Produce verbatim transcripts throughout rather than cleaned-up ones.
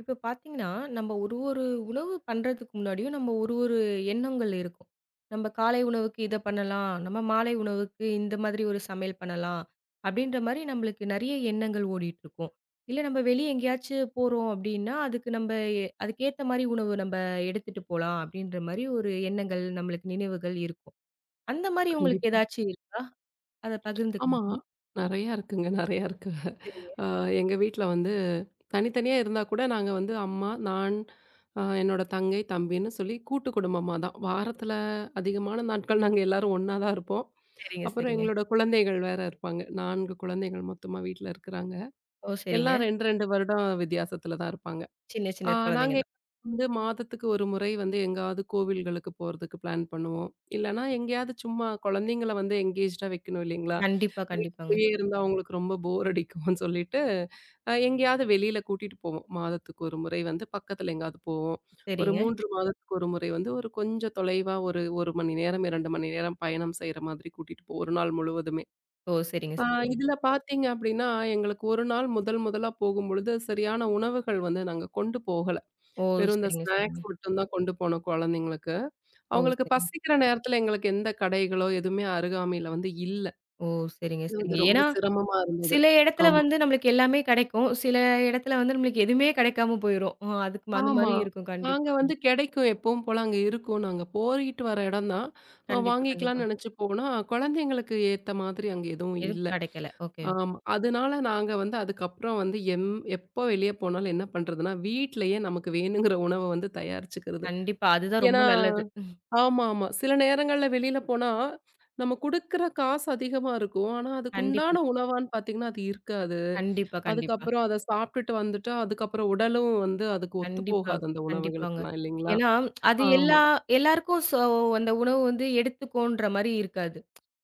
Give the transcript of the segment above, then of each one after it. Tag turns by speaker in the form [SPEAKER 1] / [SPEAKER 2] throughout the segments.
[SPEAKER 1] இப்ப பார்த்தீங்கன்னா, நம்ம ஒரு ஒரு உணவு பண்றதுக்கு முன்னாடியும் நம்ம ஒரு ஒரு எண்ணங்கள் இருக்கும். நம்ம காலை உணவுக்கு இத பண்ணலாம். நம்ம மாலை உணவுக்கு இந்த மாதிரி ஒரு சமையல் பண்ணலாம். அப்படின்ற மாரி நம்மளுக்கு நெறைய எண்ணங்கள் ஓடிட்டுருக்கும். இல்ல நம்ம வெளிய எங்கேயாச்சும் போறோம் அப்படின்னா, அதுக்கு நம்ப எ அதுக்கேத்த மாரி உணவு நம்ப எடுத்துட்டு போலாம் அப்படின்ற மாரி ஒரு எண்ணங்கள் நம்மளுக்கு நினைவுகள் இருக்கும். அந்த மாரி உங்களுக்கு
[SPEAKER 2] கண்டிப்பா.
[SPEAKER 1] ஏதாச்சும் இருக்கா? அத பகிர்ந்துக்க
[SPEAKER 2] ஆமா.
[SPEAKER 1] முடியுமா?
[SPEAKER 2] நெறையா இருக்குங்க. நெறையா இருக்கு.
[SPEAKER 1] சரிங்க,
[SPEAKER 2] அ எங்க வீட்ல வந்து தனித்தனியா இருந்தா கூட நாங்க வந்து அம்மா, நான், அ என்னோட தங்கை, தம்பின்னு சொல்லி கூட்டு குடும்பமா தான். வாரத்துல அதிகமான நாட்கள் நாங்க எல்லாரும் ஒண்ணா தான் இருப்போம்.
[SPEAKER 1] சரிங்க,
[SPEAKER 2] அப்புறம்
[SPEAKER 1] சரிங்க.
[SPEAKER 2] எங்களோட குழந்தைகள் வேற இருப்பாங்க. நான்கு குழந்தைகள் மொத்தமா வீட்ல இருக்கிறாங்க.
[SPEAKER 1] ஓ! சரிங்க.
[SPEAKER 2] எல்லாம் ரெண்டு, ரெண்டு வருடம் வித்தியாசத்துல தான் இருப்பாங்க.
[SPEAKER 1] சின்ன சின்ன
[SPEAKER 2] அ
[SPEAKER 1] குழந்தைங்க
[SPEAKER 2] நாங்க
[SPEAKER 1] தான்.
[SPEAKER 2] வந்து மாதத்துக்கு ஒரு முறை வந்து எங்காவது கோவில்களுக்கு போறதுக்கு பிளான் பண்ணுவோம். இல்லன்னா எங்கேயாவது சும்மா குழந்தைங்கள வந்து எங்கேஜ்டா வைக்கணும் இல்லைங்களா?
[SPEAKER 1] கண்டிப்பா, கண்டிப்பாங்க.
[SPEAKER 2] வீட்டுக்குள்ளேயே இருந்தா அவங்களுக்கு ரொம்ப போர் அடிக்கும்னு சொல்லிட்டு, அ எங்கேயாவது வெளியில கூட்டிட்டு போவோம். மாதத்துக்கு ஒரு முறை வந்து பக்கத்துல எங்காவது போவோம். ஒரு
[SPEAKER 1] சரிங்க.
[SPEAKER 2] மூன்று மாதத்துக்கு ஒரு முறை வந்து ஒரு கொஞ்சம் தொலைவா ஒரு 1 மணி நேரம், இரண்டு மணி நேரம் பயணம் செய்ற மாதிரி கூட்டிட்டு போவோம். ஒரு நாள் முழுவதுமே.
[SPEAKER 1] ஓ! சரிங்க,
[SPEAKER 2] அ
[SPEAKER 1] சரிங்க.
[SPEAKER 2] இதுல பார்த்தீங்க அப்படின்னா, எங்களுக்கு ஒரு நாள் முதல் முதலா போகும்பொழுது சரியான உணவுகள் வந்து நாங்க கொண்டு போகல.
[SPEAKER 1] ஓ!
[SPEAKER 2] வெறும் இந்த
[SPEAKER 1] சரிங்க, சரிங்க.
[SPEAKER 2] ஸ்நாக்ஸ் மட்டும் தான் கொண்டு போனோம் குழந்தைங்களுக்கு.
[SPEAKER 1] ஓ!
[SPEAKER 2] அவங்களுக்கு
[SPEAKER 1] சரிங்க.
[SPEAKER 2] பசிக்கிற நேரத்துல எங்களுக்கு எந்த கடைகளோ எதுவுமே அருகாமையில வந்து இல்ல.
[SPEAKER 1] ஓ! சரிங்க,
[SPEAKER 2] அது வந்து
[SPEAKER 1] சரிங்க.
[SPEAKER 2] ரொம்ப
[SPEAKER 1] ஏன்னா,
[SPEAKER 2] சிரமமா இருந்தது.
[SPEAKER 1] சில இடத்துல
[SPEAKER 2] ஆமா.
[SPEAKER 1] வந்து நம்மளுக்கு எல்லாமே கிடைக்கும். சில இடத்துல வந்து நம்மளுக்கு எதுவுமே கிடைக்காம போயிரும். அ அதுக்கு அந்த
[SPEAKER 2] ஆமா.
[SPEAKER 1] மாரி இருக்கும். கண்டிப்பா,
[SPEAKER 2] நாங்க
[SPEAKER 1] கண்
[SPEAKER 2] வந்து கிடைக்கும் எப்பவும் போல அங்க இருக்கும். நாங்க போயிட்டு வர இடம் தான். அ
[SPEAKER 1] கண்டிப்பா, கண்டிப்பா.
[SPEAKER 2] வாங்கிக்கலாம்னு நினைச்சு போனா, குழந்தைங்களுக்கு ஏத்த மாதிரி அங்க எதுவும்
[SPEAKER 1] எதுவும்
[SPEAKER 2] இல்ல.
[SPEAKER 1] கிடைக்கல. ஓகே.
[SPEAKER 2] ஆமா. அதனால நாங்க வந்து அதுக்கப்புறம் வந்து எம் எப்போ வெளிய போனாலும் என்ன பண்றதுன்னா, வீட்லயே நமக்கு வேணுங்கிற உணவ வந்து தயாரிச்சுக்கிறது.
[SPEAKER 1] கண்டிப்பா. அதுதான் ரொம்ப
[SPEAKER 2] ஏன்னா
[SPEAKER 1] நல்லது.
[SPEAKER 2] ஆமாமா. சில நேரங்கள்ல வெளியில போனா, நம்ம குடுக்குற காசு அதிகமா இருக்கும். ஆனா
[SPEAKER 1] கண்டிப்பா,
[SPEAKER 2] அதுக்குண்டான உணவான்னு பார்த்தீங்கன்னா, அது இருக்காது.
[SPEAKER 1] கண்டிப்பா, கண்டிப்பா.
[SPEAKER 2] அதுக்கப்புறம் அத சாப்பிட்டுட்டு வந்துட்டா, அதுக்கப்புறம் உடலும் வந்து அதுக்கு ஒத்து
[SPEAKER 1] கண்டிப்பா,
[SPEAKER 2] போகாது அந்த
[SPEAKER 1] கண்டிப்பாங்க.
[SPEAKER 2] உணவுகளுக்கெல்லாம் இல்லைங்களா?
[SPEAKER 1] ஏன்னா, அது
[SPEAKER 2] ஆமா,
[SPEAKER 1] எல்லா எல்லாருக்கும் சோ அந்த உணவு வந்து எடுத்துக்கோன்ற மாரி இருக்காது.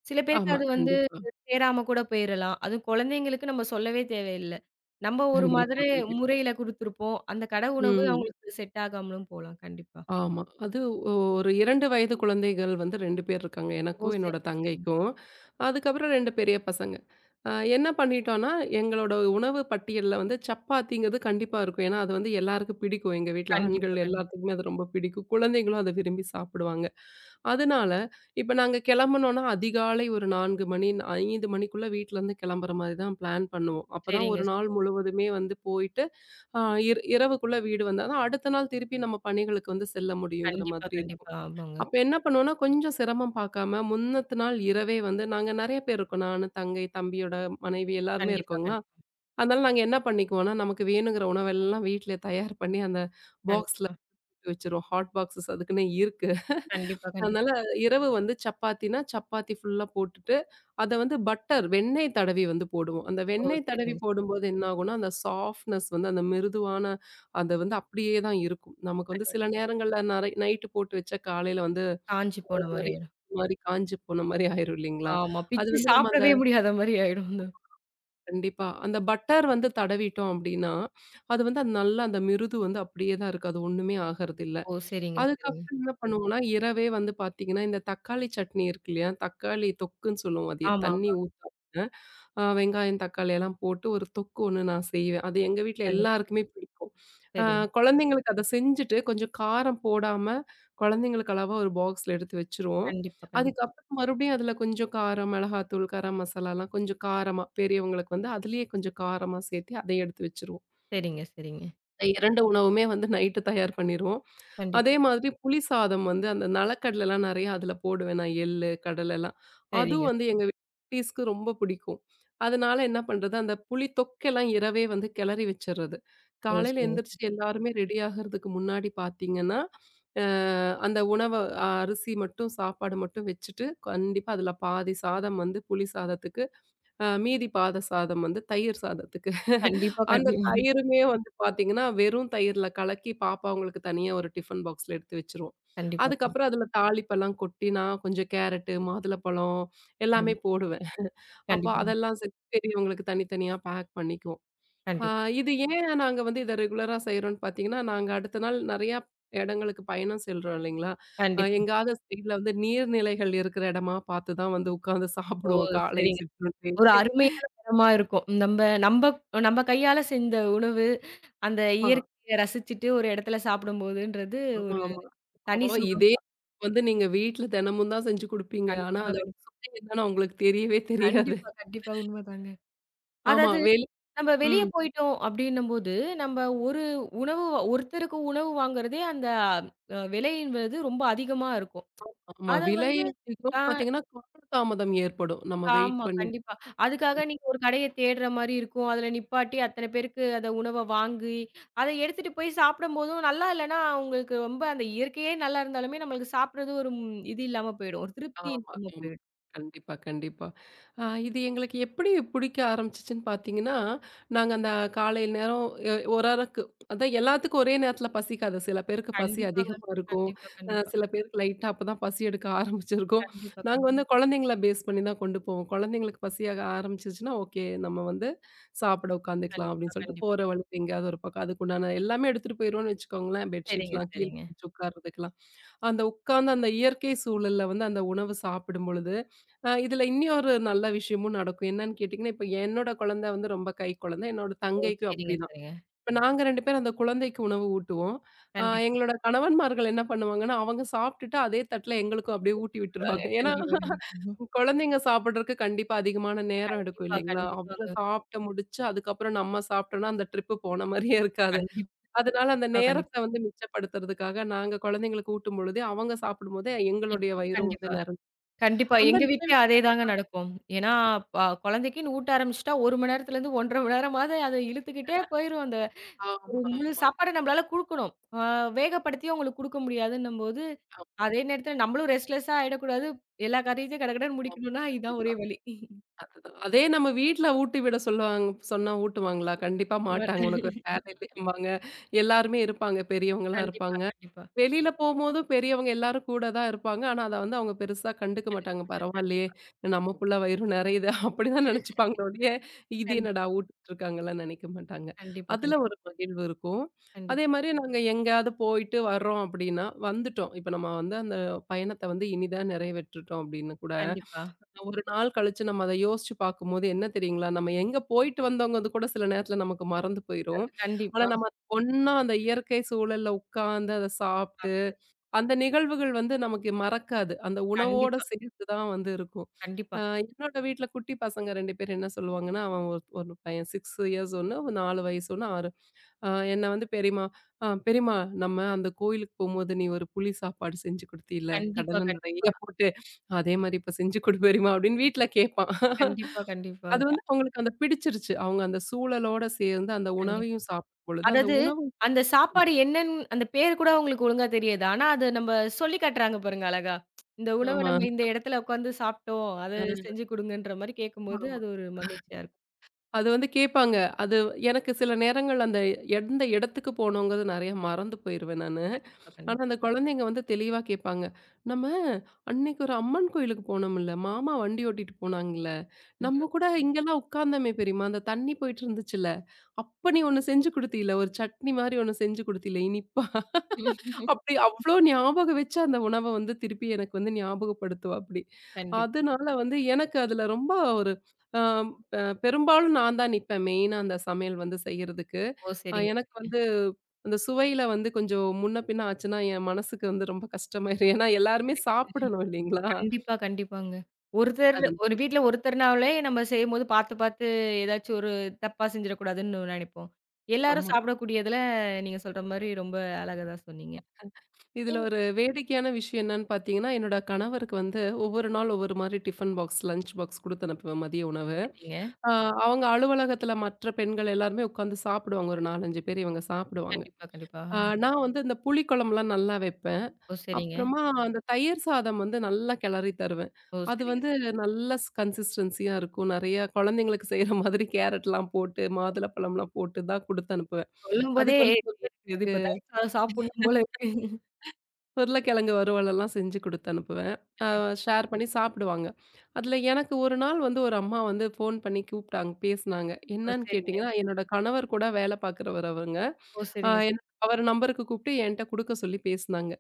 [SPEAKER 1] சில பேருக்கு
[SPEAKER 2] ஆமா.
[SPEAKER 1] அது வந்து
[SPEAKER 2] கண்டிப்பா,
[SPEAKER 1] சேராம கூட போயிறலாம். அதுவும் குழந்தைங்களுக்கு நம்ம சொல்லவே தேவையில்ல. நம்ம ஒரு
[SPEAKER 2] கண்டிப்பா,
[SPEAKER 1] மாதிரி
[SPEAKER 2] கண்டிப்பா.
[SPEAKER 1] முறையில குடுத்துருப்போம். அந்த கடை உணவு
[SPEAKER 2] ம்.
[SPEAKER 1] அவங்களுக்கு செட் ஆகாமலும் போலாம். கண்டிப்பா.
[SPEAKER 2] ஆமா. அது ஒரு ரெண்டு வயது குழந்தைகள் வந்து ரெண்டு பேர் இருக்காங்க.
[SPEAKER 1] ஓ!
[SPEAKER 2] எனக்கும், என்னோட
[SPEAKER 1] சரிங்க, சரிங்க.
[SPEAKER 2] தங்கைக்கும். அதுக்கப்புறம் ரெண்டு பெரிய பசங்க. அ என்ன பண்ணிட்டோம்னா, எங்களோட உணவு பட்டியல்ல வந்து சப்பாத்திங்கிறது கண்டிப்பா இருக்கும். ஏன்னா, அது வந்து எல்லாருக்கும் பிடிக்கும். எங்க வீட்ல
[SPEAKER 1] கண்டிப்பா,
[SPEAKER 2] ஆண்கள்
[SPEAKER 1] கண்டிப்பா.
[SPEAKER 2] எல்லாத்துக்குமே அது ரொம்ப பிடிக்கும். குழந்தைங்களும் அத விரும்பி சாப்பிடுவாங்க. அதனால, இப்ப நாங்க கிளம்புனோம்னா, அதிகாலை ஒரு நான்கு மணி, ஐந்து மணிக்குள்ள வீட்லருந்து கிளம்புற மாரி தான் பிளான் பண்ணுவோம். அப்பதான்
[SPEAKER 1] சரிங்க,
[SPEAKER 2] ஒரு நாள்
[SPEAKER 1] சரிங்க.
[SPEAKER 2] முழுவதுமே வந்து போயிட்டு, ஆ இர இரவுக்குள்ள வீடு வந்தா தான் அடுத்த நாள் திருப்பி நம்ம பணிகளுக்கு வந்து செல்ல முடியுங்கிற
[SPEAKER 1] கண்டிப்பா,
[SPEAKER 2] மாதிரி இருக்கும்.
[SPEAKER 1] கண்டிப்பா. ஆமாங்க.
[SPEAKER 2] அப்ப என்ன பண்ணுவோம்னா, கொஞ்சம் சிரமம் பார்க்காம முன்னத்த நாள் இரவே வந்து நாங்க நெறைய பேர் இருக்கோம். நானு, தங்கை, தம்பியோட மனைவி எல்லாருமே
[SPEAKER 1] கண்டிப்பா,
[SPEAKER 2] இருக்கோங்களா.
[SPEAKER 1] கண்டிப்பா.
[SPEAKER 2] அதனால நாங்க என்ன பண்ணிக்குவோம்னா, நமக்கு வேணுங்கிற உணவெல்லாம் வீட்ல தயார் பண்ணி அந்த பாக்ஸ்ல
[SPEAKER 1] கண்டிப்பா.
[SPEAKER 2] போட்டு வச்சுருவோம். ஹாட் பாக்ஸஸ் அதுக்குன்னே இருக்கு.
[SPEAKER 1] கண்டிப்பா, கண்டிப்பா.
[SPEAKER 2] அதனால இரவு வந்து சப்பாத்தினா, சப்பாத்தி ஃபுல்லா போட்டுட்டு, அத வந்து பட்டர் வெண்ணெய் தடவி வந்து போடுவோம். அந்த
[SPEAKER 1] ஓ!
[SPEAKER 2] வெண்ணெய் தடவி
[SPEAKER 1] சரிங்க, சரிங்க.
[SPEAKER 2] போடும்போது என்ன ஆகும்னா, அந்த சாஃப்ட்னஸ் வந்து அந்த மிருதுவான அது வந்து அப்படியே தான் இருக்கும். நமக்கு வந்து சில
[SPEAKER 1] கண்டிப்பா.
[SPEAKER 2] நேரங்கள்ல நறை நைட்டு போட்டு வச்சா காலையில வந்து
[SPEAKER 1] காஞ்சு போன
[SPEAKER 2] ஒரு
[SPEAKER 1] மாரி
[SPEAKER 2] மாரி மாரி காஞ்சு போன மாரி ஆயிரும் இல்லைங்களா?
[SPEAKER 1] ஆமா.
[SPEAKER 2] அது
[SPEAKER 1] பிச்சு
[SPEAKER 2] வந்து நம்ம அந்த
[SPEAKER 1] சாப்பிடவே முடியாத மாரி ஆயிடும் அந்த
[SPEAKER 2] கண்டிப்பா. அந்த பட்டர் வந்து தடவிட்டோம் அப்படின்னா, அது வந்து அது நல்லா அந்த மிருது வந்து அப்படியே தான் இருக்கு. அது ஒண்ணுமே ஆகறதில்ல.
[SPEAKER 1] ஓ! சரிங்க, சரிங்க.
[SPEAKER 2] அதுக்கப்புறம் என்ன பண்ணுவோம்னா, இரவே வந்து பார்த்தீங்கன்னா, இந்த தக்காளி சட்னி இருக்கு இல்லையா? தக்காளி தொக்குன்னு சொல்லுவோம். அது
[SPEAKER 1] ஆமா,
[SPEAKER 2] தண்ணி
[SPEAKER 1] ஆமா.
[SPEAKER 2] ஊத்தாம அ வெங்காயம், தக்காளி எல்லாம் போட்டு ஒரு தொக்கு ஒண்ணு நான் செய்வேன். அது எங்க வீட்ல
[SPEAKER 1] கண்டிப்பா.
[SPEAKER 2] எல்லாருக்குமே பிடிக்கும். அ
[SPEAKER 1] சரிங்க.
[SPEAKER 2] குழந்தைங்களுக்கு அத செஞ்சுட்டு கொஞ்சம் காரம் போடாம குழந்தைங்களுக்கு அளவா ஒரு பாக்ஸ்ல எடுத்து வச்சுருவோம்.
[SPEAKER 1] கண்டிப்பா, கண்டிப்பா.
[SPEAKER 2] அதுக்கப்புறம் மறுபடியும் அதில கொஞ்சம் காரம், மிளகாத்தூள், கரம் மசாலாலாம் கொஞ்சம் காரமா பெரியவங்களுக்கு வந்து அதிலேயே கொஞ்சம் காரமா சேர்த்து அதை எடுத்து வச்சுருவோம்.
[SPEAKER 1] சரிங்க, சரிங்க.
[SPEAKER 2] இரண்டு உணவுமே வந்து நைட்டு தயார் பண்ணிருவோம்.
[SPEAKER 1] கண்டிப்பா.
[SPEAKER 2] அதே மாதிரி புளி சாதம் வந்து அந்த நலக்கடலைலாம் நெறைய அதுல போடுவேன் நான் எள்ளு, கடலைலாம்.
[SPEAKER 1] சரிங்க,
[SPEAKER 2] அதுவும் வந்து
[SPEAKER 1] சரிங்க.
[SPEAKER 2] எங்க குட்டீஸ்க்கு ரொம்ப பிடிக்கும். அதனால என்ன பண்றது, அந்த புளி தொக்கெல்லாம் இரவே வந்து கிளறி வச்சுர்றது.
[SPEAKER 1] ஓ!
[SPEAKER 2] காலையில
[SPEAKER 1] சரிங்க.
[SPEAKER 2] எந்திரிச்சு எல்லாருமே ரெடி ஆகுறதுக்கு முன்னாடி பார்த்தீங்கன்னா, அ அந்த உணவ அரிசி மட்டும் சாப்பாடு மட்டும் வச்சுட்டு, கண்டிப்பா அதுல பாதி சாதம் வந்து புளி சாதத்துக்கு அ மீதி பாத சாதம் வந்து தயிர் சாதத்துக்கு.
[SPEAKER 1] கண்டிப்பா,
[SPEAKER 2] அந்த
[SPEAKER 1] கண்டிப்பா.
[SPEAKER 2] தயிருமே வந்து பார்த்தீங்கன்னா, வெறும் தயிர்ல கலக்கி பாப்பா அவங்களுக்கு தனியா ஒரு டிஃபன் பாக்ஸ்ல எடுத்து வச்சுருவோம்.
[SPEAKER 1] கண்டிப்பா, கண்டிப்பா.
[SPEAKER 2] அதுக்கப்புறம் அதில தாளிப்பெல்லாம் கொட்டி நான் கொஞ்சம் கேரட்டு, மாதுளப்பழம் எல்லாமே போடுவேன். அப்போ
[SPEAKER 1] கண்டிப்பா,
[SPEAKER 2] அதெல்லாம் சேர்த்து பெரியவங்களுக்கு தனித்தனியா பேக் பண்ணிக்குவோம். ஆ
[SPEAKER 1] கண்டிப்பா.
[SPEAKER 2] இது ஏன் நாங்க வந்து இத ரெகுலரா செய்றோம்னு பார்த்தீங்கன்னா, நாங்க அடுத்த நாள் நெறையா இடங்களுக்கு பயணம் செல்றோம் இல்லைங்களா? அ
[SPEAKER 1] கண்டிப்பா.
[SPEAKER 2] எங்கேயாவது சைட்ல வந்து நீர்நிலைகள் இருக்கிற இடமா பார்த்து தான் வந்து உட்காந்து
[SPEAKER 1] ஓ!
[SPEAKER 2] சாப்பிடுவோம் காலை
[SPEAKER 1] சரிங்க.
[SPEAKER 2] சிற்றுண்டி.
[SPEAKER 1] ஒரு அருமையான தருணமா இருக்கும். நம்ப நம்ப நம்ப கையால செஞ்ச உணவு, அந்த
[SPEAKER 2] ஆ.
[SPEAKER 1] இயற்கைய ரசிச்சுட்டு ஒரு இடத்துல சாப்பிடும்போதுன்றது
[SPEAKER 2] ஆமா,
[SPEAKER 1] ஒரு
[SPEAKER 2] ஆமா. இப்போ
[SPEAKER 1] தனி சுகம்.
[SPEAKER 2] இதே வந்து நீங்க வீட்ல தினமும் தான் செஞ்சு குடுப்பீங்க. ஆனா
[SPEAKER 1] கண்டிப்பா,
[SPEAKER 2] அதோட
[SPEAKER 1] கண்டிப்பா.
[SPEAKER 2] சுவை என்னன்னு உங்களுக்கு தெரியவே தெரியாது.
[SPEAKER 1] கண்டிப்பா, கண்டிப்பா. உண்மதாங்க.
[SPEAKER 2] ஆமா.
[SPEAKER 1] அதாவது
[SPEAKER 2] வெளி
[SPEAKER 1] நம்ம வெளிய
[SPEAKER 2] ம்.
[SPEAKER 1] போயிட்டோம் அப்படின்னும்போது, நம்ம ஒரு உணவு வா- ஒருத்தருக்கு உணவு வாங்குறதே அந்த அ விலைன்றது ரொம்ப அதிகமா இருக்கும்.
[SPEAKER 2] ஆமா.
[SPEAKER 1] அத
[SPEAKER 2] விலை
[SPEAKER 1] வந்து
[SPEAKER 2] அதிகம்.
[SPEAKER 1] ஆ
[SPEAKER 2] பாத்தீங்கன்னா, கால தாமதம் ஏற்படும். நம்ம வெயிட்
[SPEAKER 1] ஆமா,
[SPEAKER 2] பண்ணி
[SPEAKER 1] கண்டிப்பா. அதுக்காக நீங்க ஒரு கடைய தேடுற மாரி இருக்கும். அதுல நிப்பாட்டி அத்தன பேருக்கு அத உணவ வாங்கி, அத எடுத்துட்டு போய் சாப்பிடும்போதும் நல்லா இல்லன்னா, உங்களுக்கு ரொம்ப அந்த இயற்கையே நல்லா இருந்தாலுமே நம்மளுக்கு சாப்பிடுறது ஒரு ம் இது இல்லாம போயிடும். ஒரு திருப்தி
[SPEAKER 2] ஆமா.
[SPEAKER 1] இல்லாம
[SPEAKER 2] ம்.
[SPEAKER 1] போயிடும்.
[SPEAKER 2] கண்டிப்பா, கண்டிப்பா. அ இது எங்களுக்கு எப்படி பிடிக்க ஆரம்பிச்சுச்சுன்னு பார்த்தீங்கன்னா, நாங்க அந்த காலை நேரம் எ ஒரு ஆளுக்கு அதான் எல்லாத்துக்கும் ஒரே நேரத்தில பசிக்காது. சில பேருக்கு பசி
[SPEAKER 1] கண்டிப்பாங்க.
[SPEAKER 2] அதிகமா இருக்கும்.
[SPEAKER 1] கண்டிப்பா,
[SPEAKER 2] அ
[SPEAKER 1] கண்டிப்பா.
[SPEAKER 2] சில பேருக்கு லைட்டா அப்பதான் பசி எடுக்க ஆரம்பிச்சிருக்கும்.
[SPEAKER 1] கண்டிப்பா,
[SPEAKER 2] நாங்க
[SPEAKER 1] கண்டிப்பா.
[SPEAKER 2] வந்து குழந்தைங்கள பேஸ் பண்ணி தான் கொண்டு போவோம். குழந்தைங்களுக்கு பசியாக ஆரம்பிச்சுச்சுன்னா, ஓகே நம்ம வந்து சாப்பிட உட்காந்துக்கலாம்
[SPEAKER 1] கண்டிப்பா,
[SPEAKER 2] அப்படின்னு சொல்லிட்டு
[SPEAKER 1] கண்டிப்பா.
[SPEAKER 2] போற வழியில எங்கேயாவது ஒரு பக்கம் அதுக்குண்டான எல்லாமே எடுத்துட்டு போயிருவோம்னு வச்சுக்கோங்களேன்.
[SPEAKER 1] சரிங்க,
[SPEAKER 2] பெட்ஷீட்லாம் கீழ
[SPEAKER 1] சரிங்க.
[SPEAKER 2] விரிச்சு உட்கார்றதுக்கெல்லாம். அந்த உட்கார்ந்து அந்த இயற்கை சூழல்ல வந்து அந்த உணவு சாப்பிடும் பொழுது, அ இதுல இன்னியொரு நல்ல விஷயமும் நடக்கும். என்னன்னு கேட்டீங்கன்னா, இப்ப என்னோட குழந்தை வந்து ரொம்ப கைக்குழந்தை. என்னோட
[SPEAKER 1] ஓ!
[SPEAKER 2] தங்கைக்கும்
[SPEAKER 1] சரிங்க,
[SPEAKER 2] அப்படிதான்.
[SPEAKER 1] சரிங்க.
[SPEAKER 2] இப்ப நாங்க ரெண்டு பேரும் அந்த குழந்தைக்கு உணவு ஊட்டுவோம். அ
[SPEAKER 1] கண்டிப்பா.
[SPEAKER 2] எங்களோட கணவன்மார்கள் என்ன பண்ணுவாங்கன்னா, அவங்க சாப்பிட்டுட்டு அதே தட்டுல எங்களுக்கும் அப்படியே ஊட்டி விட்டுருவாங்க. ஏன்னா,
[SPEAKER 1] கண்டிப்பாங்க.
[SPEAKER 2] குழந்தைங்க சாப்பிடுறதுக்கு கண்டிப்பா அதிகமான நேரம் எடுக்கும்
[SPEAKER 1] கண்டிப்பா,
[SPEAKER 2] இல்லைங்களா?
[SPEAKER 1] கண்டிப்பா.
[SPEAKER 2] அவங்க சாப்பிட்டு முடிச்சு, அதுக்கப்புறம் நம்ம சாப்பிட்டோம்னா அந்த ட்ரிப்பு போன மாரியே இருக்காது.
[SPEAKER 1] கண்டிப்பா,
[SPEAKER 2] அதனால அந்த
[SPEAKER 1] கண்டிப்பாங்க. கண்டிப்பா,
[SPEAKER 2] நேரத்த
[SPEAKER 1] கண்டிப்பா.
[SPEAKER 2] வந்து மிச்சப்படுத்துறதுக்காக, நாங்க குழந்தைங்களுக்கு ஊட்டும்பொழுது, அவங்க சாப்பிடும்போது எங்களுடைய
[SPEAKER 1] எங்களுக்கு
[SPEAKER 2] வயிறும் வந்து
[SPEAKER 1] கண்டிப்பா.
[SPEAKER 2] நெறஞ்சு
[SPEAKER 1] கண்டிப்பா.
[SPEAKER 2] அந்த
[SPEAKER 1] எங்க
[SPEAKER 2] நினைவு
[SPEAKER 1] வீட்லயும் அதேதாங்க நடக்கும். ஏன்னா, ப குழந்தைக்குன்னு ஊட்ட ஆரம்பிச்சுட்டா ஒரு மணி நேரத்துலேருந்து ஒன்றரை மணி நேரமாவது அத இழுத்துக்கிட்டே போயிரும். அந்த ஒரு
[SPEAKER 2] ஆமா,
[SPEAKER 1] முழு
[SPEAKER 2] ஆமா,
[SPEAKER 1] சாப்பாட நம்மளால குடுக்கணும். ஆ வேகப்படுத்தியும் அவங்களுக்கு குடுக்க முடியாதுன்னும்போது,
[SPEAKER 2] ஆமா.
[SPEAKER 1] அதே நேரத்தில நம்மளும் ரெஸ்ட்லெஸ்ஸா ஆயிடக்கூடாது. எல்லா காரியத்தையும் கடகடன்னு
[SPEAKER 2] ஆமா,
[SPEAKER 1] முடிக்கணும்னா, இதான்
[SPEAKER 2] கண்டிப்பா.
[SPEAKER 1] ஒரே வழி.
[SPEAKER 2] அதுதான். அதே நம்ம வீட்ல ஊட்டி விட சொல்லுவாங்க சொன்னா ஊட்டுவாங்களா? கண்டிப்பா
[SPEAKER 1] மத்த
[SPEAKER 2] மாட்டாங்க. உனக்கு வேற வேலை இல்லைம்பாங்க. எல்லாருமே இருப்பாங்க. பெரியவங்களா
[SPEAKER 1] கண்டிப்பா,
[SPEAKER 2] இருப்பாங்க.
[SPEAKER 1] கண்டிப்பா.
[SPEAKER 2] வெளியில போம்போதும் பெரியவங்க எல்லாரும் கூட தான் இருப்பாங்க. ஆனா, அத வந்து அவங்க பெருசா கண்டுக்க மாட்டாங்க. பரவாயில்லையே!
[SPEAKER 1] கண்டிப்பா.
[SPEAKER 2] நம்ம புள்ள வயிறு நெறையுது. அப்படிதான் நெனைச்சுப்பாங்களே ஒழிய, இது
[SPEAKER 1] கண்
[SPEAKER 2] என்னடா ஊட்டிட்டு இருக்காங்கலாம் நெனைக்க மாட்டாங்க.
[SPEAKER 1] கண்டிப்பா,
[SPEAKER 2] அதுல
[SPEAKER 1] கண்டிப்பா.
[SPEAKER 2] ஒரு மகிழ்வு இருக்கும்.
[SPEAKER 1] கண்டிப்
[SPEAKER 2] அதே மாரி நாங்க எங்கேயாவது போயிட்டு வர்றோம் அப்படின்னா, வந்துட்டோம். இப்ப நம்ம வந்து அந்த பயணத்த வந்து இனிதா நிறைவேற்றிட்டோம் அப்படின்னு கூட,
[SPEAKER 1] கண்டிப்பா.
[SPEAKER 2] ஒரு நாள் கழிச்சு நம்ம அத யோசிச்சு பார்க்கும்போது என்ன தெரியுங்களா? நம்ம எங்க போயிட்டு வந்தோங்கிறது கூட சில நேரத்துல நமக்கு மறந்து போயிரும்.
[SPEAKER 1] அது
[SPEAKER 2] ஆனா,
[SPEAKER 1] கண்டிப்பா.
[SPEAKER 2] நம்ம ஒண்ணா அந்த இயற்கை சூழல்ல உட்கார்ந்து அத சாப்ட்டு,
[SPEAKER 1] அ
[SPEAKER 2] அந்த நிகழ்வுகள் வந்து நமக்கு மறக்காது. அந்த உணவோட
[SPEAKER 1] கண்டிப்பா.
[SPEAKER 2] சேர்த்து தான் வந்து இருக்கும்.
[SPEAKER 1] கண்டிப்பா.
[SPEAKER 2] அ என்னோட வீட்ல குட்டி பசங்க ரெண்டு பேர் என்ன சொல்லுவாங்கன்னா, அவன் ஒரு ஒரு பையன் ஆறு இயர்ஸ் ஒண்ணு, நான்கு வயசு ஒண்ணு, ஆறு அ என்ன வந்து பெரியம்மா, அ பெரியம்மா நம்ம அந்த கோயிலுக்கு போம்போது நீ ஒரு புளி சாப்பாடு செஞ்சு குடுத்தீல்ல,
[SPEAKER 1] கண்டிப்பா,
[SPEAKER 2] கடலை
[SPEAKER 1] கண்டிப்பா.
[SPEAKER 2] நெறைய போட்டு, அதே மாரி இப்ப செஞ்சு குடு பெரியம்மா அப்படின்னு வீட்ல கேட்பான்.
[SPEAKER 1] கண்டிப்பா, கண்டிப்பா.
[SPEAKER 2] அது வந்து அவங்களுக்கு அந்த பிடிச்சிருச்சு. அவங்க அந்த சூழலோட சேர்ந்து அந்த
[SPEAKER 1] கண்டிப்பா.
[SPEAKER 2] உணவையும் சாப்பிடும் பொழுது, அந்த
[SPEAKER 1] அதாவது
[SPEAKER 2] உணவு
[SPEAKER 1] அந்த
[SPEAKER 2] பிடிச்சு-
[SPEAKER 1] சாப்பாடு என்னன்னு அந்த பேரு கூட அவங்களுக்கு ஒழுங்கா தெரியாது. ஆனா, அத நம்ம சொல்லி காட்டுறாங்க பாருங்க அழகா. இந்த உணவ
[SPEAKER 2] ஆமா.
[SPEAKER 1] நம்ம இந்த இடத்துல உட்காந்து சாப்பிட்டோம். அத செஞ்சு குடுங்கன்ற மாரி கேட்கும்போது, அது
[SPEAKER 2] அ.
[SPEAKER 1] ஒரு மகிழ்ச்சியா இருக்கும்.
[SPEAKER 2] அது வந்து கேட்பாங்க. அது எனக்கு சில நேரங்கள் அந்த எந்த இடத்துக்கு போனோங்கிறது நெறைய மறந்து போயிருவேன் நானு.
[SPEAKER 1] கண்டிப்பா,
[SPEAKER 2] ஆனா,
[SPEAKER 1] கண்டிப்பா.
[SPEAKER 2] அந்த குழந்தைங்க வந்து தெளிவா கேட்பாங்க. "நம்ம அன்னைக்கு ஒரு அம்மன் கோயிலுக்கு போனோம்ல, மாமா வண்டி ஓட்டிட்டு போனாங்கல்ல, நம்ம கூட இங்கலாம் உட்கார்ந்தோமே பெரியம்மா, அந்த தண்ணி போயிட்டு இருந்துச்சுல்ல, அப்ப நீ ஒண்ணு செஞ்சு குடுத்தீல, ஒரு சட்னி மாரி ஒண்ணு செஞ்சு குடுத்தீல இனிப்பா." அப்படி அவ்ளோ ஞாபகம் வச்சு அந்த உணவ வந்து திருப்பி எனக்கு வந்து ஞாபகப்படுத்துவா அப்படி.
[SPEAKER 1] கண்டிப்பா.
[SPEAKER 2] அதனால வந்து எனக்கு அதுல ரொம்ப ஒரு அ பெ பெரும்பாலும் நான் தான் நிப்பேன் மெயினா அந்த சமையல் வந்து செய்யறதுக்கு.
[SPEAKER 1] ஓ!
[SPEAKER 2] அ
[SPEAKER 1] சரிங்க,
[SPEAKER 2] எனக்கு
[SPEAKER 1] சரிங்க.
[SPEAKER 2] வந்து அந்த சுவையில வந்து கொஞ்சம் முன்ன பின்ன ஆச்சுன்னா, என் மனசுக்கு வந்து ரொம்ப கஷ்டமாயிரும். ஏன்னா எல்லாருமே
[SPEAKER 1] சரிங்க.
[SPEAKER 2] சாப்பிடணும் இல்லைங்களா?
[SPEAKER 1] கண்டிப்பா, கண்டிப்பாங்க. ஒருத்தர்
[SPEAKER 2] அது
[SPEAKER 1] ஒரு வீட்ல ஒருத்தர்னாலே நம்ம செய்யும்போது பார்த்து, பார்த்து ஏதாச்சும் ஒரு தப்பா செஞ்சிடக்கூடாதுன்னு நெனைப்போம். எல்லாரும்
[SPEAKER 2] ஆமா.
[SPEAKER 1] சாப்பிடக்கூடியதுல நீங்க சொல்ற மாரி ரொம்ப அழகா தான் சொன்னீங்க.
[SPEAKER 2] இதுல
[SPEAKER 1] நீங்க
[SPEAKER 2] ஒரு வேடிக்கையான விஷயம் என்னன்னு பார்த்தீங்கன்னா, என்னோட கணவருக்கு வந்து ஒவ்வொரு நாள் ஒவ்வொரு மாரி டிஃபன் பாக்ஸ், லஞ்ச் பாக்ஸ் குடுத்து அனுப்புவேன் மதிய உணவு.
[SPEAKER 1] சரிங்க.
[SPEAKER 2] ஆ அவங்க அலுவலகத்துல மற்ற பெண்கள் எல்லாருமே உட்காந்து சாப்பிடுவாங்க. ஒரு நான்கு, அஞ்சு பேர் இவங்க சாப்பிடுவாங்க.
[SPEAKER 1] கண்டிப்பா, கண்டிப்பா.
[SPEAKER 2] ஆ நான் வந்து இந்த புளிக்குழம்புலாம் நல்லா வைப்பேன்.
[SPEAKER 1] ஓ! சரிங்க.
[SPEAKER 2] அப்புறமா அந்த தயிர் சாதம் வந்து நல்லா கிளறி தருவேன்.
[SPEAKER 1] ஓ!
[SPEAKER 2] அது
[SPEAKER 1] சரிங்க,
[SPEAKER 2] வந்து
[SPEAKER 1] சரி.
[SPEAKER 2] நல்ல ஸ் கன்சிஸ்டன்சியா இருக்கும். நெறைய குழந்தைங்களுக்கு செய்ற மாதிரி கேரட்லாம் போட்டு,
[SPEAKER 1] ஓ!
[SPEAKER 2] மாதுளப்பழம்லாம் போட்டு தான் குடுத்து அனுப்புவேன்.
[SPEAKER 1] சொல்லும்போதே
[SPEAKER 2] அதுக்கு வந்து
[SPEAKER 1] எனக்கு இது இப்ப தயிர் சாதம் சாப்பிடணும் போல இருக்கு.
[SPEAKER 2] உருளைக்கிழங்கு வறுவலெல்லாம் செஞ்சு குடுத்து அனுப்புவேன். அ
[SPEAKER 1] கண்டிப்பா.
[SPEAKER 2] ஷேர் பண்ணி சாப்பிடுவாங்க. அதில எனக்கு ஒரு நாள் வந்து ஒரு அம்மா வந்து ஃபோன் பண்ணி கூப்பிட்டாங்க, பேசினாங்க.
[SPEAKER 1] ஓ!
[SPEAKER 2] என்னன்னு
[SPEAKER 1] சரிங்க.
[SPEAKER 2] கேட்டீங்கன்னா, என்னோட கணவர் கூட வேலை பார்க்குறவரு அவங்க.
[SPEAKER 1] ஓ!
[SPEAKER 2] அ
[SPEAKER 1] சரிங்க, சரி.
[SPEAKER 2] என்ன அவர் நம்பருக்கு கூப்பிட்டு என்ட்ட குடுக்க சொல்லி பேசினாங்க.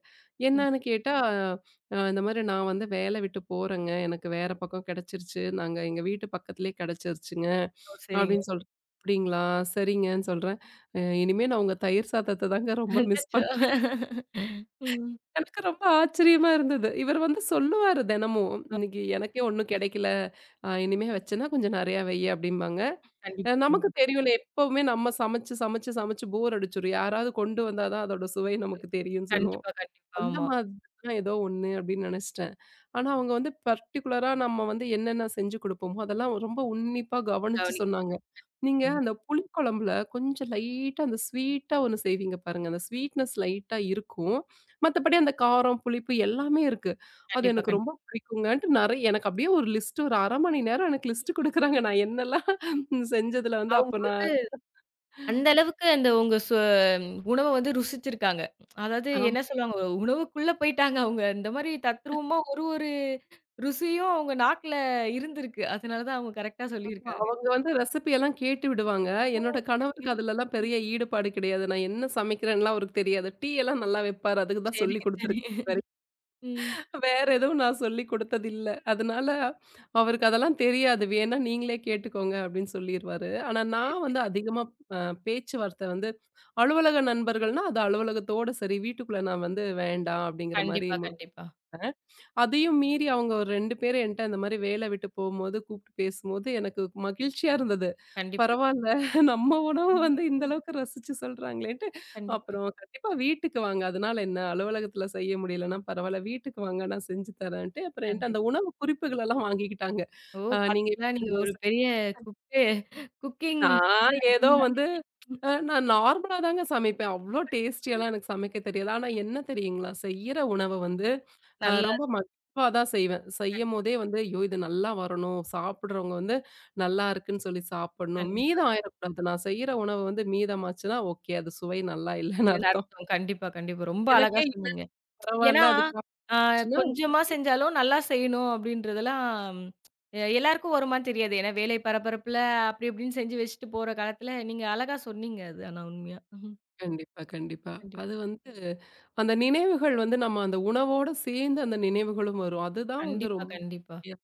[SPEAKER 1] ம்.
[SPEAKER 2] என்னன்னு கேட்டா, அ இந்த மாரி "நான் வந்து வேலை விட்டு போறேங்க. எனக்கு வேற பக்கம் கிடைச்சிருச்சு. நாங்க எங்க வீட்டு பக்கத்திலேயே கிடைச்சிருச்சுங்க"
[SPEAKER 1] ஓ! சரிங்க.
[SPEAKER 2] அப்படின்னு சொல்றேன். "அப்படிங்களா?" சரிங்கன்னு சொல்றேன். "அ இனிமே நான் உங்க தயிர் சாதத்த தாங்க ரொம்ப மிஸ்
[SPEAKER 1] அச்சச்சோ! ம்.
[SPEAKER 2] எனக்கு ரொம்ப ஆச்சரியமா இருந்தது. இவர் வந்து சொல்லுவாரு தினமும்,
[SPEAKER 1] ஆ.
[SPEAKER 2] "இன்னைக்கு எனக்கே ஒண்ணும் கிடைக்கல. அ இனிமே வச்சேன்னா கொஞ்சம் நெறையா வை" அப்படிம்பாங்க. அ
[SPEAKER 1] கண்டிப்பா,
[SPEAKER 2] நமக்கு
[SPEAKER 1] கண்டிப்பா.
[SPEAKER 2] தெரியும்ல, எப்பவுமே நம்ம சமைச்சு, சமைச்சு, சமைச்சு போர் அடிச்சுரும். யாராவது கொண்டு வந்தா தான் அதோட சுவை நமக்கு தெரியும்னு சொல்லுவோம்.
[SPEAKER 1] கண்டிப்பா, கண்டிப்பா.
[SPEAKER 2] அந்த
[SPEAKER 1] ஆமா.
[SPEAKER 2] மாதிரி தான் ஏதோ ஒண்ணு அப்படின்னு நினைச்சிட்டேன். ஆனா அவங்க வந்து பர்ட்டிகுலரா நம்ம வந்து என்னென்ன செஞ்சு குடுப்போமோ, அதெல்லாம் ரொம்ப உன்னிப்பா கவனிச்சு
[SPEAKER 1] கவனிக்க
[SPEAKER 2] சொன்னாங்க. நீங்க அந்த புளிக்குழம்புல கொஞ்சம் லைட்டா அந்த ஸ்வீட்டா ஒண்ணு செய்வீங்க பாருங்க. அந்த ஸ்வீட்னஸ் லைட்டா இருக்கும். மத்தபடி அந்த காரம், புளிப்பு எல்லாமே இருக்கு. அது
[SPEAKER 1] கண்டிப்பா,
[SPEAKER 2] எனக்கு
[SPEAKER 1] கண்டிப்பா.
[SPEAKER 2] ரொம்ப பிடிக்குங்கன்ட்டு நெறைய எனக்கு அப்படியே ஒரு லிஸ்ட் ஒரு அரை மணி நேரம் எனக்கு லிஸ்ட் குடுக்குறாங்க. நான் என்னெல்லாம் செஞ்சதுல வந்து அப்ப
[SPEAKER 1] அவங்க அந்த அளவுக்கு அந்த உங்க சொ உணவ வந்து ருசிச்சிருக்காங்க. அதாவது
[SPEAKER 2] நான்
[SPEAKER 1] என்ன சொல்லுவாங்க, ஒரு உணவுக்குள்ள போயிட்டாங்க அவங்க. இந்த மாரி தத்ரூவமா ஒரு ஒரு ருசியும் அவங்க நாக்குல இருந்திருக்கு. அதனால தான் அவங்க கரெக்ட்டா சொல்லியிருக்காங்க.
[SPEAKER 2] அவங்க வந்து ரெசிபி எல்லாம் கேட்டு விடுவாங்க.
[SPEAKER 1] ஓ!
[SPEAKER 2] என்னோட
[SPEAKER 1] சரிங்க,
[SPEAKER 2] கணவருக்கு அதுலலாம் பெரிய ஈடுபாடு கிடையாது. நான் என்ன சமைக்கிறேன்லாம் அவருக்கு தெரியாது. டீ எல்லாம் நல்லா வைப்பாரு. அதுக்கு தான்
[SPEAKER 1] சரிங்க,
[SPEAKER 2] சொல்லிக் குடுத்துருக்கேன்
[SPEAKER 1] சரிங்க.
[SPEAKER 2] இதுவரைக்கும்.
[SPEAKER 1] ம்.
[SPEAKER 2] வேற எதுவும் நான் சொல்லிக் குடுத்ததில்ல. அதனால அவருக்கு அதெல்லாம் தெரியாது. வேணா நீங்களே கேட்டுக்கோங்க அப்படின்னு சொல்லிருவாரு. ஆனா நான்
[SPEAKER 1] சரிங்க,
[SPEAKER 2] வந்து
[SPEAKER 1] சரி.
[SPEAKER 2] அதிகமா அ பேச்சுவார்த்தை வந்து அலுவலக நண்பர்கள்னா, அது அலுவலகத்தோட சரி. வீட்டுக்குள்ள நான் வந்து வேண்டாம் அப்படிங்கிற மாரி
[SPEAKER 1] கண்டிப்பா,
[SPEAKER 2] முடிப்பேன்.
[SPEAKER 1] கண்டிப்பா.
[SPEAKER 2] அதையும் மீறி அவங்க ஒரு ரெண்டு பேரும் என்ட்ட அந்த மாரி வேல விட்டு போம்போது, கூப்ட்டு பேசும்போது எனக்கு மகிழ்ச்சியா இருந்தது.
[SPEAKER 1] கண்டிப்பா.
[SPEAKER 2] பரவால்ல நம்ம உணவு
[SPEAKER 1] ம்.
[SPEAKER 2] வந்து இந்த அளவுக்கு ரசிச்சு சொல்றாங்களேன்ட்டு,
[SPEAKER 1] கண்டிப்பா,
[SPEAKER 2] அப்புறம் கண்டிப்பா வீட்டுக்கு வாங்க. அதனால என்ன அலுவலகத்துல செய்ய முடியலன்னா பரவால்ல, வீட்டுக்கு வாங்க நான் செஞ்சு தரேன்ட்டு, அப்புறம் என்ட்ட அந்த
[SPEAKER 1] கண்டிப்பா.
[SPEAKER 2] உணவு குறிப்புகளெல்லாம் வாங்கிக்கிட்டாங்க.
[SPEAKER 1] ஓ!
[SPEAKER 2] அ நீங்க
[SPEAKER 1] பாத்தீங்களா,
[SPEAKER 2] எப்படி
[SPEAKER 1] நீங்க ஒரு
[SPEAKER 2] இதெல்லாம் செ
[SPEAKER 1] பெரிய குக்கு குக்கிங்
[SPEAKER 2] நான் ஏதோ வந்து அ நான் நார்மலா தாங்க சமைப்பேன். அவ்ளோ டேஸ்டியாலாம் எனக்கு சமைக்க தெரியாது. ஆனா என்ன தெரியுங்களா? செய்யற உணவு வந்து அ
[SPEAKER 1] நல்லா
[SPEAKER 2] ரொம்ப மகிழ்வா தான் செய்வேன்.
[SPEAKER 1] கண்டி-
[SPEAKER 2] செய்யும்போதே வந்து, "ஐயோ! இது நல்லா வரணும். சாப்பிடுறவங்க வந்து நல்லா இருக்குன்னு சொல்லி சாப்பிடணும்.
[SPEAKER 1] கண்டிப்பா,
[SPEAKER 2] மீதம்
[SPEAKER 1] கண்டிப்பா.
[SPEAKER 2] ஆயிரக்கூடாது. நான் செய்ற உணவு வந்து மீதமாச்சுன்னா, ஓகே. அது சுவை நல்லா இல்லன்னு
[SPEAKER 1] இல்லன்னு
[SPEAKER 2] அர்த்தம்.
[SPEAKER 1] அர்த்தம். கண்டிப்பா, கண்டிப்பா. ரொம்ப அழகா
[SPEAKER 2] எனக்கே இல்ல
[SPEAKER 1] சொன்னீங்க.
[SPEAKER 2] பரவால்ல.
[SPEAKER 1] ஏன்னா,
[SPEAKER 2] அது
[SPEAKER 1] ஆ
[SPEAKER 2] காமிச்சுச்சுன்னா"
[SPEAKER 1] கொஞ்சமா செஞ்சாலும் நல்லா செய்யணும் அப்படின்றதெல்லாம் எ எல்லாருக்கும் வருமான்னு தெரியாது. ஏன்னா வேலை பரபரப்புல அப்படி இப்படின்னு செஞ்சு வச்சுட்டு போற காலத்துல, நீங்க அழகா சொன்னீங்க அது ஆனா உண்மையா.
[SPEAKER 2] கண்டிப்பா, கண்டிப்பா.
[SPEAKER 1] கண்டிப்
[SPEAKER 2] அது வந்து அந்த நினைவுகள் வந்து நம்ம அந்த உணவோட சேர்ந்து அந்த நினைவுகளும் வரும். அதுதான் வந்து
[SPEAKER 1] கண்டிப்பா,
[SPEAKER 2] ரொம்ப
[SPEAKER 1] கண்டிப்பா. கண்டிப்பா.
[SPEAKER 2] முக்கியம்.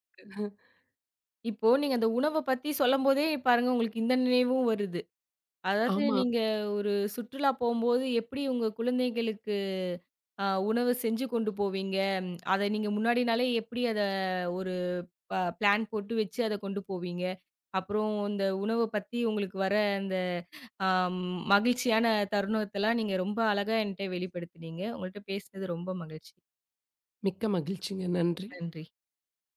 [SPEAKER 1] இப்போ நீங்க அந்த உணவ பத்தி சொல்லும்போதே பாருங்க உங்களுக்கு இந்த நினைவும் வருது. அதாவது
[SPEAKER 2] ஆமா.
[SPEAKER 1] நீங்க ஒரு சுற்றுலா போம்போது எப்படி உங்க குழந்தைகளுக்கு அ உணவு செஞ்சு கொண்டு போவீங்க. அத நீங்க முன்னாடி நாளே எப்படி அத ஒரு ப பிளான் போட்டு வச்சு அத கொண்டு போவீங்க? அப்புறம் இந்த உணவ பத்தி உங்களுக்கு வர அந்த அ மகிழ்ச்சியான தருணத்தெல்லாம் நீங்க ரொம்ப அழகா என்ட்ட வெளிப்படுத்தினீங்க. உங்கள்ட்ட பேசினது ரொம்ப மகிழ்ச்சி.
[SPEAKER 2] மிக்க மகிழ்ச்சிங்க. நன்றி.
[SPEAKER 1] நன்றி.